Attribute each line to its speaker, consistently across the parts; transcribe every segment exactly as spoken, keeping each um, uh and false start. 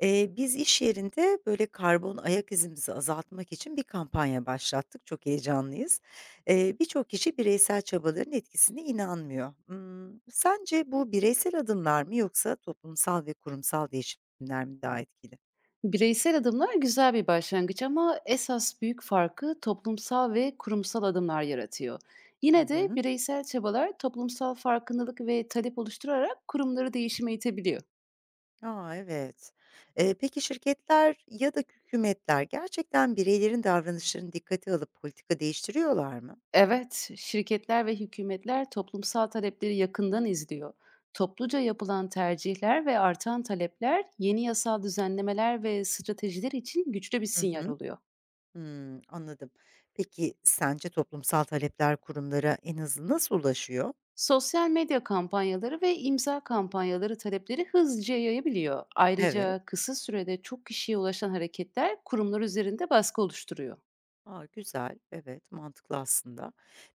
Speaker 1: Eee, biz iş yerinde, böyle, karbon ayak izimizi azaltmak için bir kampanya başlattık. Çok heyecanlıyız. Eee, birçok kişi bireysel çabaların etkisine inanmıyor. Imm, sence bu bireysel adımlar mı yoksa toplumsal ve kurumsal değişimler mi daha etkili?
Speaker 2: Bireysel adımlar güzel bir başlangıç ama esas büyük farkı toplumsal ve kurumsal adımlar yaratıyor.
Speaker 1: Hı
Speaker 2: Yine de
Speaker 1: hı.
Speaker 2: bireysel çabalar toplumsal farkındalık ve talep oluşturarak kurumları değişime itebiliyor.
Speaker 1: A, evet. Eee, peki şirketler ya da hükümetler gerçekten bireylerin davranışlarını dikkate alıp politika değiştiriyorlar mı?
Speaker 2: Evet, şirketler ve hükümetler toplumsal talepleri yakından izliyor. Topluca yapılan tercihler ve artan talepler yeni yasal düzenlemeler ve stratejiler için güçlü bir
Speaker 1: Hı
Speaker 2: sinyal
Speaker 1: hı.
Speaker 2: oluyor.
Speaker 1: Hımm, anladım. Peki, sence toplumsal talepler kurumlara en hızlı nasıl ulaşıyor?
Speaker 2: Sosyal medya kampanyaları ve imza kampanyaları talepleri hızlıca yayabiliyor.
Speaker 1: Evet.
Speaker 2: Ayrıca kısa sürede çok kişiye ulaşan hareketler kurumlar üzerinde baskı oluşturuyor.
Speaker 1: A, güzel. Evet, mantıklı aslında.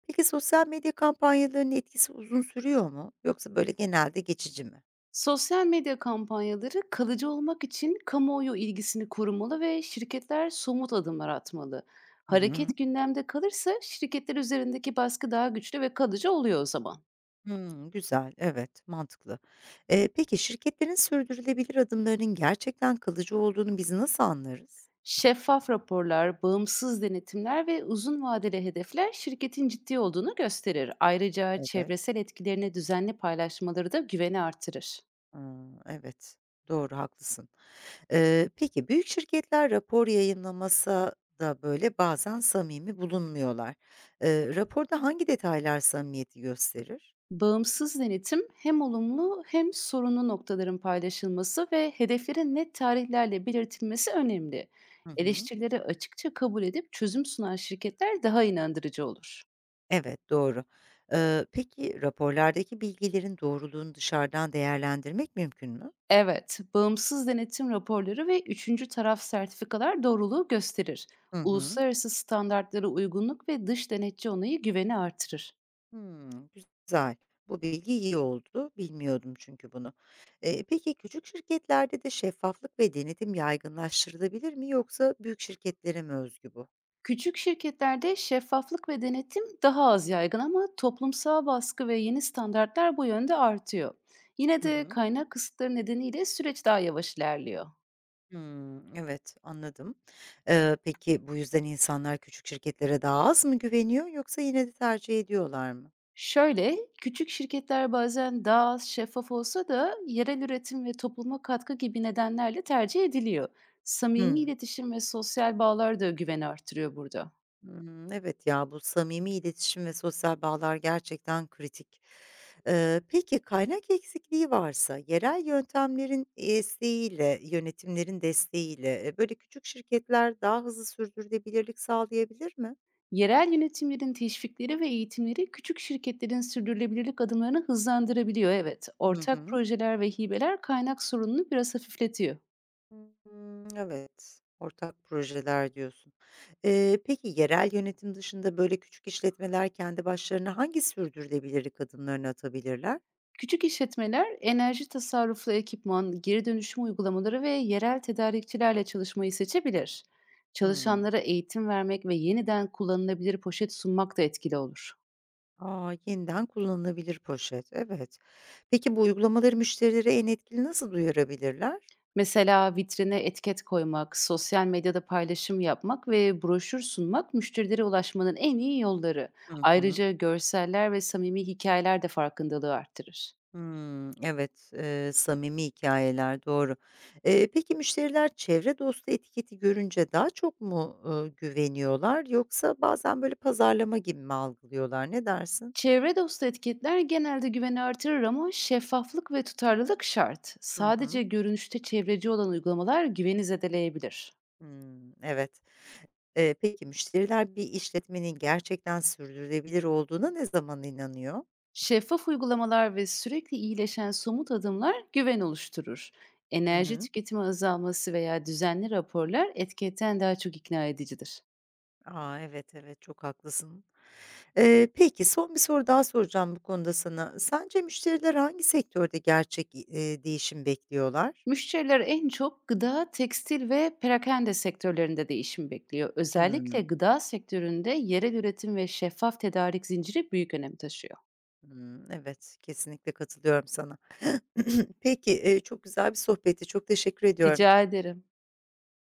Speaker 1: Peki, sosyal medya kampanyalarının etkisi uzun sürüyor mu yoksa böyle genelde geçici mi?
Speaker 2: Sosyal medya kampanyaları kalıcı olmak için kamuoyu ilgisini korumalı ve şirketler somut adımlar atmalı.
Speaker 1: Hı hı.
Speaker 2: Hareket gündemde kalırsa şirketler üzerindeki baskı daha güçlü ve kalıcı oluyor o zaman.
Speaker 1: Hımm, güzel. Evet, mantıklı. Eee, peki şirketlerin sürdürülebilir adımlarının gerçekten kalıcı olduğunu biz nasıl anlarız?
Speaker 2: Şeffaf raporlar, bağımsız denetimler ve uzun vadeli hedefler şirketin ciddi olduğunu gösterir. Ayrıca
Speaker 1: Evet.
Speaker 2: çevresel etkilerini düzenli paylaşmaları da güveni artırır.
Speaker 1: Iıı, evet. Doğru, haklısın. Eee, peki büyük şirketler rapor yayınlamasa da böyle bazen samimi bulunmuyorlar. Eee, raporda hangi detaylar samimiyeti gösterir?
Speaker 2: Bağımsız denetim hem olumlu hem sorunlu noktaların paylaşılması ve hedeflerin net tarihlerle belirtilmesi önemli.
Speaker 1: Hı hı.
Speaker 2: Eleştirileri açıkça kabul edip çözüm sunan şirketler daha inandırıcı olur.
Speaker 1: Evet, doğru. Eee, peki raporlardaki bilgilerin doğruluğunu dışarıdan değerlendirmek mümkün mü?
Speaker 2: Evet, bağımsız denetim raporları ve üçüncü taraf sertifikalar doğruluğu gösterir.
Speaker 1: Hı hı.
Speaker 2: Uluslararası standartlara uygunluk ve dış denetçi onayı güveni artırır.
Speaker 1: Hımm, güzel. Bu bilgi iyi oldu. Bilmiyordum çünkü bunu. Eee, peki küçük şirketlerde de şeffaflık ve denetim yaygınlaştırılabilir mi yoksa büyük şirketlere mi özgü bu?
Speaker 2: Küçük şirketlerde şeffaflık ve denetim daha az yaygın ama toplumsal baskı ve yeni standartlar bu yönde artıyor. Yine
Speaker 1: Hı
Speaker 2: de
Speaker 1: hı.
Speaker 2: kaynak kısıtları nedeniyle süreç daha yavaş ilerliyor.
Speaker 1: Hımm, evet, anladım. Eee, peki bu yüzden insanlar küçük şirketlere daha az mı güveniyor yoksa yine de tercih ediyorlar mı?
Speaker 2: Şöyle, küçük şirketler bazen daha az şeffaf olsa da yerel üretim ve topluma katkı gibi nedenlerle tercih ediliyor. Samimi
Speaker 1: Hımm.
Speaker 2: iletişim ve sosyal bağlar da güveni artırıyor burada.
Speaker 1: Hımm, evet ya, bu samimi iletişim ve sosyal bağlar gerçekten kritik. Eee, peki kaynak eksikliği varsa yerel yöntemlerin desteğiyle, yönetimlerin desteğiyle, eee, böyle küçük şirketler daha hızlı sürdürülebilirlik sağlayabilir mi?
Speaker 2: Yerel yönetimlerin teşvikleri ve eğitimleri küçük şirketlerin sürdürülebilirlik adımlarını hızlandırabiliyor evet.
Speaker 1: Hı
Speaker 2: Ortak
Speaker 1: hı.
Speaker 2: projeler ve hibeler kaynak sorununu biraz hafifletiyor.
Speaker 1: Hımm, evet, ortak projeler diyorsun. Eee, peki yerel yönetim dışında böyle küçük işletmeler kendi başlarına hangi sürdürülebilirlik adımlarını atabilirler?
Speaker 2: Küçük işletmeler enerji tasarruflu ekipman, geri dönüşüm uygulamaları ve yerel tedarikçilerle çalışmayı seçebilir.
Speaker 1: Hımm.
Speaker 2: Çalışanlara eğitim vermek ve yeniden kullanılabilir poşet sunmak da etkili olur.
Speaker 1: A, yeniden kullanılabilir poşet, evet. Peki bu uygulamaları müşterilere en etkili nasıl duyurabilirler?
Speaker 2: Mesela vitrine etiket koymak, sosyal medyada paylaşım yapmak ve broşür sunmak müşterilere ulaşmanın en iyi yolları.
Speaker 1: Hı hı.
Speaker 2: Ayrıca görseller ve samimi hikayeler de farkındalığı arttırır.
Speaker 1: Hımm, evet, eee, samimi hikayeler doğru. Eee, peki müşteriler çevre dostu etiketi görünce daha çok mu, ııı, güveniyorlar yoksa bazen böyle pazarlama gibi mi algılıyorlar? Ne dersin?
Speaker 2: Çevre dostu etiketler genelde güveni artırır ama şeffaflık ve tutarlılık şart.
Speaker 1: Hı
Speaker 2: Sadece
Speaker 1: hı.
Speaker 2: görünüşte çevreci olan uygulamalar güveni zedeleyebilir.
Speaker 1: Hımm, evet. Eee, peki müşteriler bir işletmenin gerçekten sürdürülebilir olduğuna ne zaman inanıyor?
Speaker 2: Şeffaf uygulamalar ve sürekli iyileşen somut adımlar güven oluşturur.
Speaker 1: Hı
Speaker 2: Enerji
Speaker 1: hı.
Speaker 2: tüketimi azalması veya düzenli raporlar etiketten daha çok ikna edicidir.
Speaker 1: A, evet, evet, çok haklısın. Eee, peki son bir soru daha soracağım bu konuda sana. Sence müşteriler hangi sektörde gerçek, iii, değişim bekliyorlar?
Speaker 2: Müşteriler en çok gıda, tekstil ve perakende sektörlerinde değişim bekliyor. Özellikle
Speaker 1: Hımm.
Speaker 2: gıda sektöründe yerel üretim ve şeffaf tedarik zinciri büyük önem taşıyor.
Speaker 1: Hımm. Evet, kesinlikle katılıyorum sana. Peki, eee, çok güzel bir sohbetti. Çok teşekkür ediyorum.
Speaker 2: Rica ederim.